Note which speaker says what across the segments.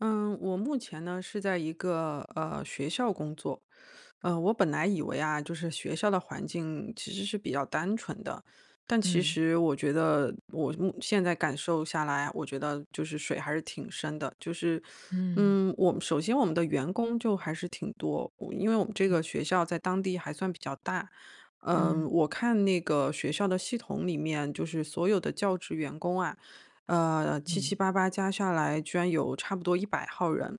Speaker 1: 嗯，我目前呢是在一个学校工作，我本来以为啊，就是学校的环境其实是比较单纯的，但其实我觉得我现在感受下来啊，我觉得就是水还是挺深的，就是我们的员工就还是挺多，因为我们这个学校在当地还算比较大。我看那个学校的系统里面，就是所有的教职员工啊。七七八八加下来居然有差不多100号人。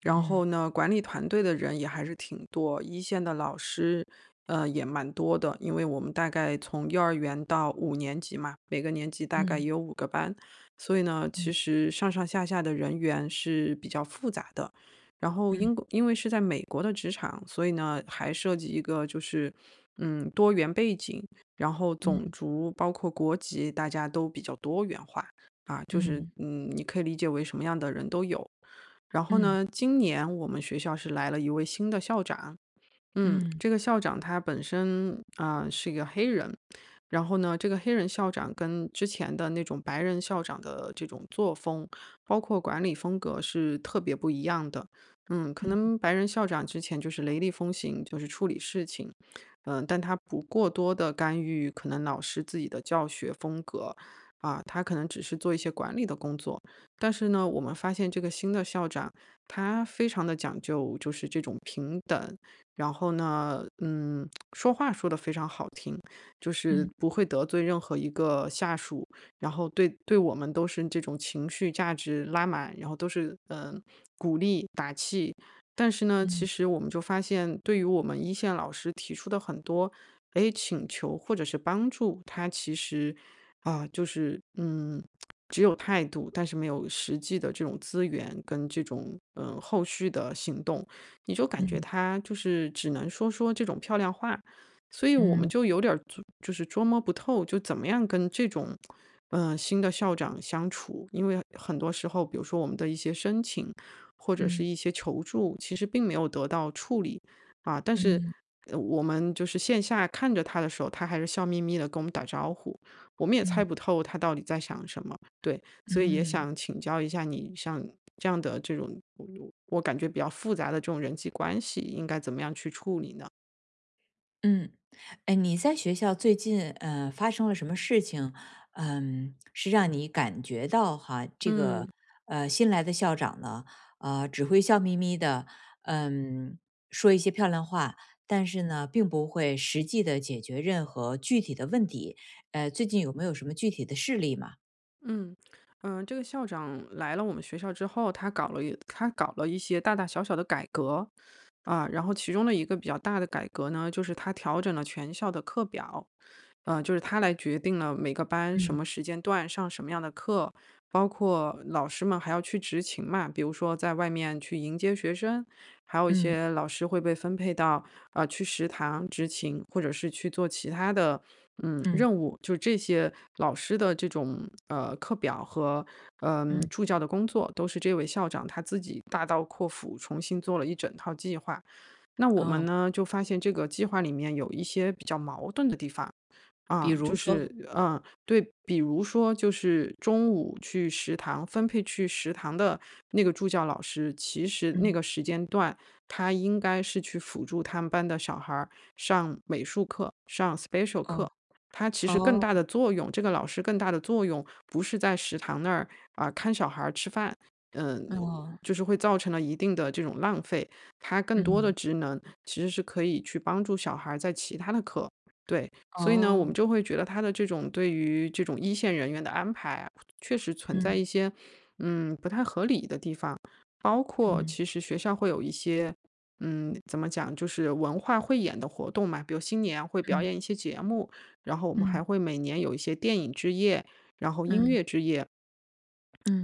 Speaker 1: 然后呢，管理团队的人也还是挺多，一线的老师，也蛮多的，因为我们大概从幼儿园到五年级嘛，每个年级大概也有五个班，所以呢，其实上上下下的人员是比较复杂的。然后英国因为是在美国的职场，所以呢，还涉及一个就是，多元背景，然后种族包括国籍，大家都比较多元化啊，就是你可以理解为什么样的人都有。然后呢，今年我们学校是来了一位新的校长，这个校长他本身啊、是一个黑人，然后呢，这个黑人校长跟之前的那种白人校长的这种作风，包括管理风格是特别不一样的。可能白人校长之前就是雷厉风行，就是处理事情，但他不过多的干预可能老师自己的教学风格啊，他可能只是做一些管理的工作。但是呢，我们发现这个新的校长他非常的讲究就是这种平等。然后呢，说话说得非常好听，就是不会得罪任何一个下属，然后对我们都是这种情绪价值拉满，然后都是鼓励打气。但是呢，其实我们就发现，对于我们一线老师提出的很多请求或者是帮助，他其实啊、就是嗯。只有态度，但是没有实际的这种资源跟这种后续的行动，你就感觉他就是只能说说这种漂亮话，所以我们就有点儿捉摸不透，就怎么样跟这种新的校长相处。因为很多时候，比如说我们的一些申请，或者是一些求助，其实并没有得到处理，啊，但是，我们就是线下看着他的时候，他还是笑眯眯的跟我们打招呼，我们也猜不透他到底在想什么，对。所以也想请教一下你，像这样的这种，我感觉比较复杂的这种人际关系，应该怎么样去处理呢？
Speaker 2: 哎，你在学校最近发生了什么事情？是让你感觉到哈，这个
Speaker 1: 嗯。
Speaker 2: 新来的校长呢，只会笑眯眯的，嗯，说一些漂亮话，但是呢，并不会实际的解决任何具体的问题。最近有没有什么具体的事例嘛？
Speaker 1: 嗯。嗯，这个校长来了我们学校之后，他搞了一些大大小小的改革啊，然后其中的一个比较大的改革呢，就是他调整了全校的课表。就是他来决定了每个班什
Speaker 2: 嗯
Speaker 1: 么时间段上什么样的课，包括老师们还要去执勤嘛，比如说在外面去迎接学生，还有一
Speaker 2: 嗯
Speaker 1: 些老师会被分配到去食堂执勤，或者是去做其他的
Speaker 2: 嗯
Speaker 1: 任务，就这些老师的这种课表和
Speaker 2: 嗯，
Speaker 1: 助教的工作，都是这位校长他自己大刀阔斧重新做了一整套计划。那我们
Speaker 2: 哦，
Speaker 1: 呢就发现这个计划里面有一些比较矛盾的地方。
Speaker 2: 比如说，
Speaker 1: 对，比如说就是中午去食堂分配去食堂的那个助教老师，其实那
Speaker 2: 嗯，
Speaker 1: 个时间段，他应该是去辅助他们班的小孩儿上美术课、上 special
Speaker 2: 哦
Speaker 1: 课。他其实更
Speaker 2: 哦
Speaker 1: 大的作用，这个老师更大的作用不是在食堂那儿看小孩儿吃饭，嗯、
Speaker 2: 哦，
Speaker 1: 就是会造成了一定的这种浪费。他更多的
Speaker 2: 嗯
Speaker 1: 职能其实是可以去帮助小孩儿在其他的课，对，所以呢，我
Speaker 2: 哦，
Speaker 1: 们就会觉得他的这种对于这种一线人员的安排啊确实存在一
Speaker 2: 嗯
Speaker 1: 些不太合理的地方。包括
Speaker 2: 嗯
Speaker 1: 其实学校会有一些，怎么讲，就是文化汇演的活动嘛，比如新年啊会表演一
Speaker 2: 嗯
Speaker 1: 些节目，然后我们
Speaker 2: 嗯
Speaker 1: 还会每年有一些电影之夜，然后音
Speaker 2: 嗯
Speaker 1: 乐之夜。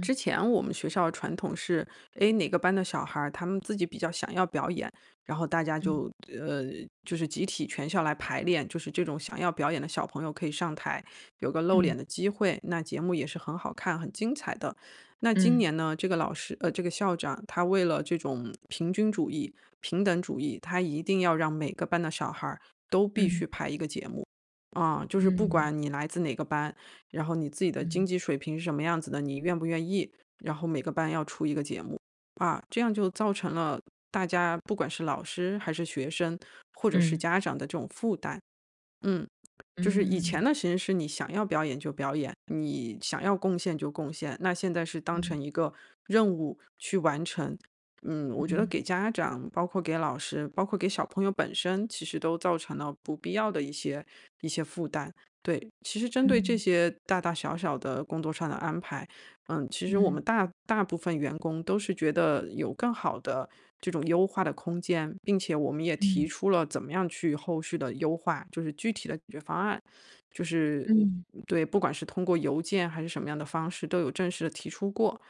Speaker 1: 之前我们学校传统是，诶，哪个班的小孩儿他们自己比较想要表演，然后大家
Speaker 2: 嗯
Speaker 1: 就呃，就是集体全校来排练，就是这种想要表演的小朋友可以上台，有个露
Speaker 2: 嗯
Speaker 1: 脸的机会，那节目也是很好看、很精彩的。那今
Speaker 2: 嗯
Speaker 1: 年呢，这个老师呃，这个校长他为了这种平均主义、平等主义，他一定要让每个班的小孩儿都必
Speaker 2: 嗯
Speaker 1: 须排一个节目。就是不
Speaker 2: 嗯
Speaker 1: 管你来自哪个班，然后你自己的
Speaker 2: 嗯
Speaker 1: 经
Speaker 2: 嗯
Speaker 1: 济水平是什么样子的，你愿不愿意？然后每个班要出一个节目，啊，这样就造成了大家不管是老师还是学生，或者是
Speaker 2: 嗯
Speaker 1: 家长的这种负担。嗯。就是以前
Speaker 2: 嗯
Speaker 1: 的形式是你想要表演就表演，你想要贡献就贡献。那现在是当
Speaker 2: 嗯
Speaker 1: 成一个任务去完成。我觉得
Speaker 2: 嗯
Speaker 1: 给家长，包括给老师，包括给小朋友本身，其实都造成了不必要的一些负担。对，其实针对这
Speaker 2: 嗯
Speaker 1: 些大大小小的工作上的安排，其实我
Speaker 2: 嗯
Speaker 1: 们大部分员工都是觉得有更好的这种优化的空间，并且我们也提
Speaker 2: 嗯
Speaker 1: 出了怎么样去后续的优化，就是具体的解决方案，就是
Speaker 2: 嗯嗯
Speaker 1: 对，不管是通过邮件还是什么样的方式，都有正式的提出过。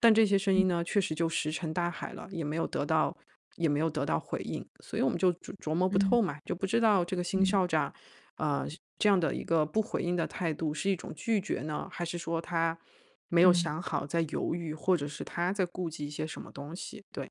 Speaker 1: 但这些声音呢，确实就石沉大海了，也没有得到回应，所以我们就琢磨不
Speaker 2: 嗯嗯
Speaker 1: 透
Speaker 2: 嗯
Speaker 1: 嘛，就不知道这个新
Speaker 2: 嗯
Speaker 1: 校长，呃，这样的一个不回应的态度是一种拒绝呢，还是说他没有
Speaker 2: 嗯。
Speaker 1: 想好，在犹豫，或者是他在顾忌一些什么东西？对。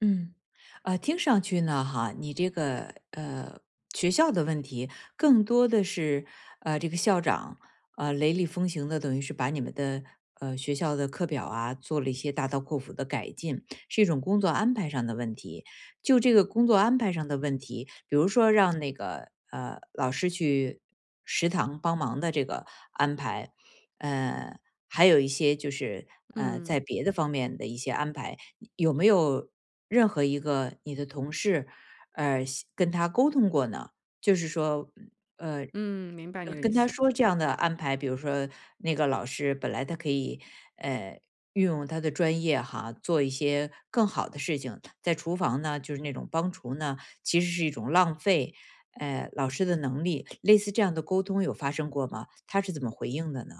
Speaker 2: 嗯，听上去呢，哈，你这个学校的问题更多的是这个校长雷厉风行的，等于是把你们的学校的课表啊做了一些大刀阔斧的改进，是一种工作安排上的问题。就这个工作安排上的问题，比如说让那个老师去食堂帮忙的这个安排，呃，还有一些就是
Speaker 1: 嗯。
Speaker 2: 在别的方面的一些安排。有没有任何一个你的同事，呃，跟他沟通过呢？就是说，
Speaker 1: 嗯，明白你的意
Speaker 2: 跟他
Speaker 1: 思。
Speaker 2: 说这样的安排，比如说那个老师本来他可以，呃，运用他的专业哈，做一些更好的事情，在厨房呢，就是那种帮厨呢，其实是一种浪费，老师的能力，类似这样的沟通有发生过吗？他是怎么回应的呢？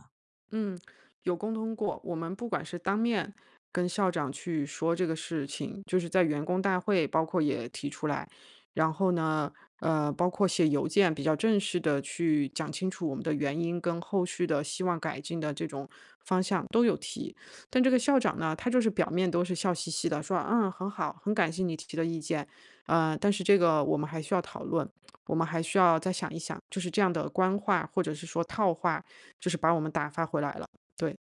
Speaker 1: 嗯，有沟通过。我们不管是当面跟校长去说这个事情，就是在员工大会，包括也提出来，然后呢，包括写邮件比较正式的去讲清楚我们的原因跟后续的希望改进的这种方向都有提。但这个校长呢，他就是表面都是笑嘻嘻的说，嗯，很好，很感谢你提的意见，但是这个我们还需要讨论，我们还需要再想一想，就是这样的官话或者是说套话。就是把我们打发回来了，对。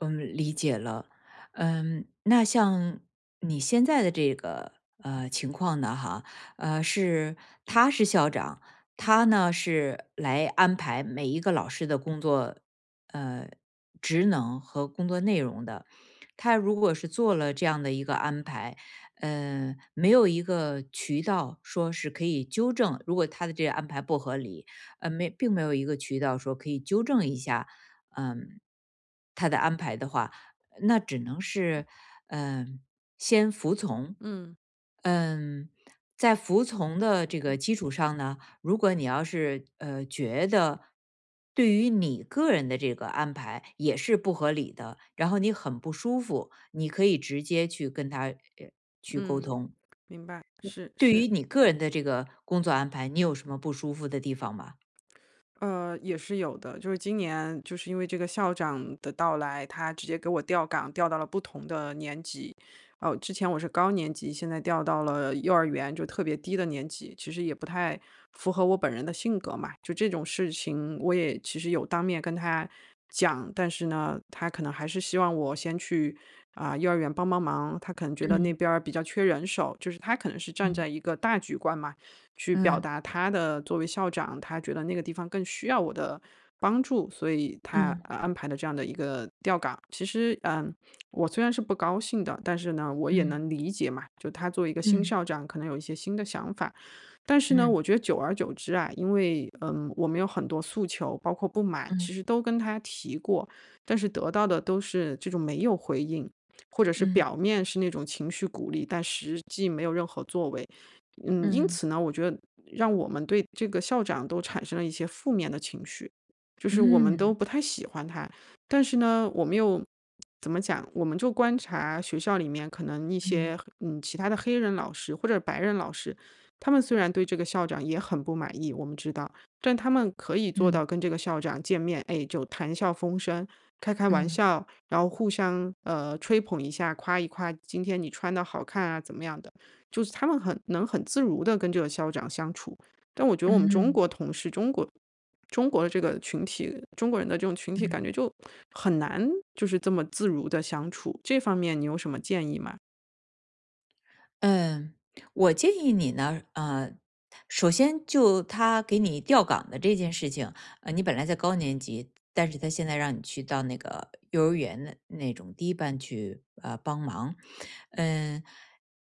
Speaker 2: 嗯，理解了。那像你现在的这个情况呢，哈，是他是校长，他呢是来安排每一个老师的工作呃职能和工作内容的。他如果是做了这样的一个安排，没有一个渠道说是可以纠正，如果他的这个安排不合理，呃，没，并没有一个渠道说可以纠正一下，嗯，他的安排的话，那只能是，嗯，先服从。
Speaker 1: 嗯。
Speaker 2: 嗯，在服从的这个基础上呢，如果你要是觉得对于你个人的这个安排也是不合理的，然后你很不舒服，你可以直接去跟他去沟
Speaker 1: 嗯，
Speaker 2: 通。
Speaker 1: 明白，是
Speaker 2: 对于
Speaker 1: 是。
Speaker 2: 你个人的这个工作安排，你有什么不舒服的地方吗？
Speaker 1: 也是有的。就是今年就是因为这个校长的到来，他直接给我调岗，调到了不同的年级。哦，之前我是高年级，现在调到了幼儿园，就特别低的年级，其实也不太符合我本人的性格嘛。就这种事情，我也其实有当面跟他讲，但是呢，他可能还是希望我先去幼儿园帮帮忙。他可能觉得那
Speaker 2: 嗯
Speaker 1: 边儿比较缺人手，就是他可能是站
Speaker 2: 嗯
Speaker 1: 在一个大局观嘛。去表
Speaker 2: 嗯
Speaker 1: 达他的作为校长，他觉得那个地方更需要我的帮助，所以他
Speaker 2: 嗯
Speaker 1: 安排的这样的一个调岗。其实，我虽然是不高兴的，但是呢，我也
Speaker 2: 嗯
Speaker 1: 能理解嘛，就他作为一个
Speaker 2: 嗯
Speaker 1: 新
Speaker 2: 嗯。
Speaker 1: 校长，可能有一些新的想法。但是呢，
Speaker 2: 嗯
Speaker 1: 我觉得久而久之啊，因为我们有很多诉求，包括不满，其实
Speaker 2: 嗯
Speaker 1: 都跟他提过，但是得到的都是这种没有回应，或者是
Speaker 2: 嗯
Speaker 1: 表面是那种情绪鼓励，但实际没有任何作为。因
Speaker 2: 嗯
Speaker 1: 此呢，我觉得让我们对这个校长都产生了一些负面的情绪，就是我们都
Speaker 2: 嗯
Speaker 1: 不太喜欢他，但是呢，我们又怎么讲？我们就观察学校里面可能一
Speaker 2: 嗯
Speaker 1: 些其他的黑人老师或者白人老师，他们虽然对这个校长也很不满意，我们知道，但他们可以做
Speaker 2: 嗯
Speaker 1: 到跟这个校长见面，哎，就谈笑风生，开开玩
Speaker 2: 嗯
Speaker 1: 笑，然后互相吹捧一下，夸一夸今天你穿的好看啊，怎么样的，就是他们很能很自如的跟这个校长相处。但我觉得我
Speaker 2: 嗯
Speaker 1: 们中国
Speaker 2: 嗯
Speaker 1: 同事，中国的这个群体，中国人的这种群体，感
Speaker 2: 嗯。
Speaker 1: 觉就很难就是这么自如的相处。这方面你有什么建议吗？
Speaker 2: 嗯，我建议你呢，首先就他给你调岗的这件事情，你本来在高年级，但是他现在让你去到那个幼儿园的那种低班去，帮忙，嗯，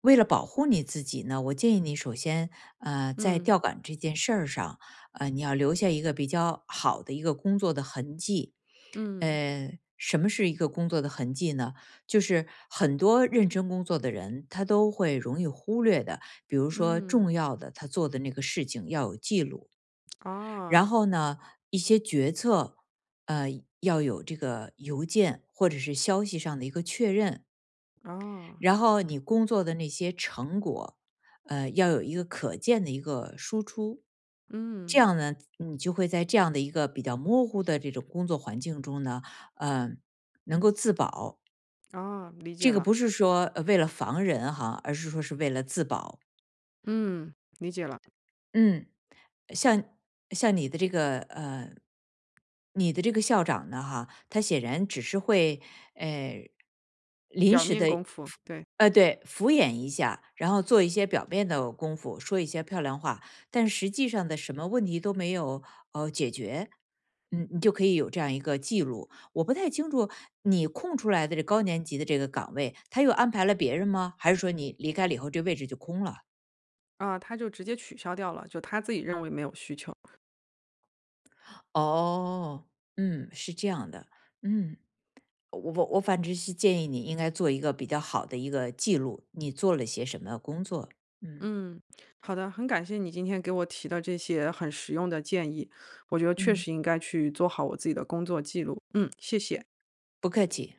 Speaker 2: 为了保护你自己呢，我建议你首先，在
Speaker 1: 嗯。
Speaker 2: 调岗这件事儿上，你要留下一个比较好的一个工作的痕迹，
Speaker 1: 嗯。
Speaker 2: 什么是一个工作的痕迹呢？就是很多认真工作的人，他都会容易忽略的，比如说
Speaker 1: 嗯。
Speaker 2: 重要的他做的那个事情要有记录，然
Speaker 1: 哦。
Speaker 2: 后呢，一些决策，呃，要有这个邮件或者是消息上的一个确认，
Speaker 1: 哦。
Speaker 2: 然后你工作的那些成果，要有一个可见的一个输出。这
Speaker 1: 嗯。
Speaker 2: 样呢，你就会在这样的一个比较模糊的这种工作环境中呢，呃，能够自保，
Speaker 1: 哦，理解
Speaker 2: 这个
Speaker 1: 了。
Speaker 2: 不是说，为了防人哈，而是说是为了自保。
Speaker 1: 嗯，理解了。
Speaker 2: 嗯。像像你的这个校长呢，哈，他显然只是会呃临
Speaker 1: 表
Speaker 2: 时
Speaker 1: 面
Speaker 2: 的，
Speaker 1: 功夫，对。
Speaker 2: 对，敷衍一下，然后做一些表面的功夫，说一些漂亮话，但实际上的什么问题都没有解决。你就可以有这样一个记录。我不太清楚你空出来的这高年级的这个岗位，他又安排了别人吗？还是说你离开了以后，这位置就空了？
Speaker 1: 啊，他就直接取消掉了，就他自己认为没有需求。
Speaker 2: 哦，是这样的，嗯，我反正是建议你应该做一个比较好的一个记录，你做了些什么工作，嗯
Speaker 1: 嗯，好的，很感谢你今天给我提的这些很实用的建议，我觉得确
Speaker 2: 嗯，
Speaker 1: 实应该去做好我自己的工作记录。嗯，谢谢。
Speaker 2: 不客气。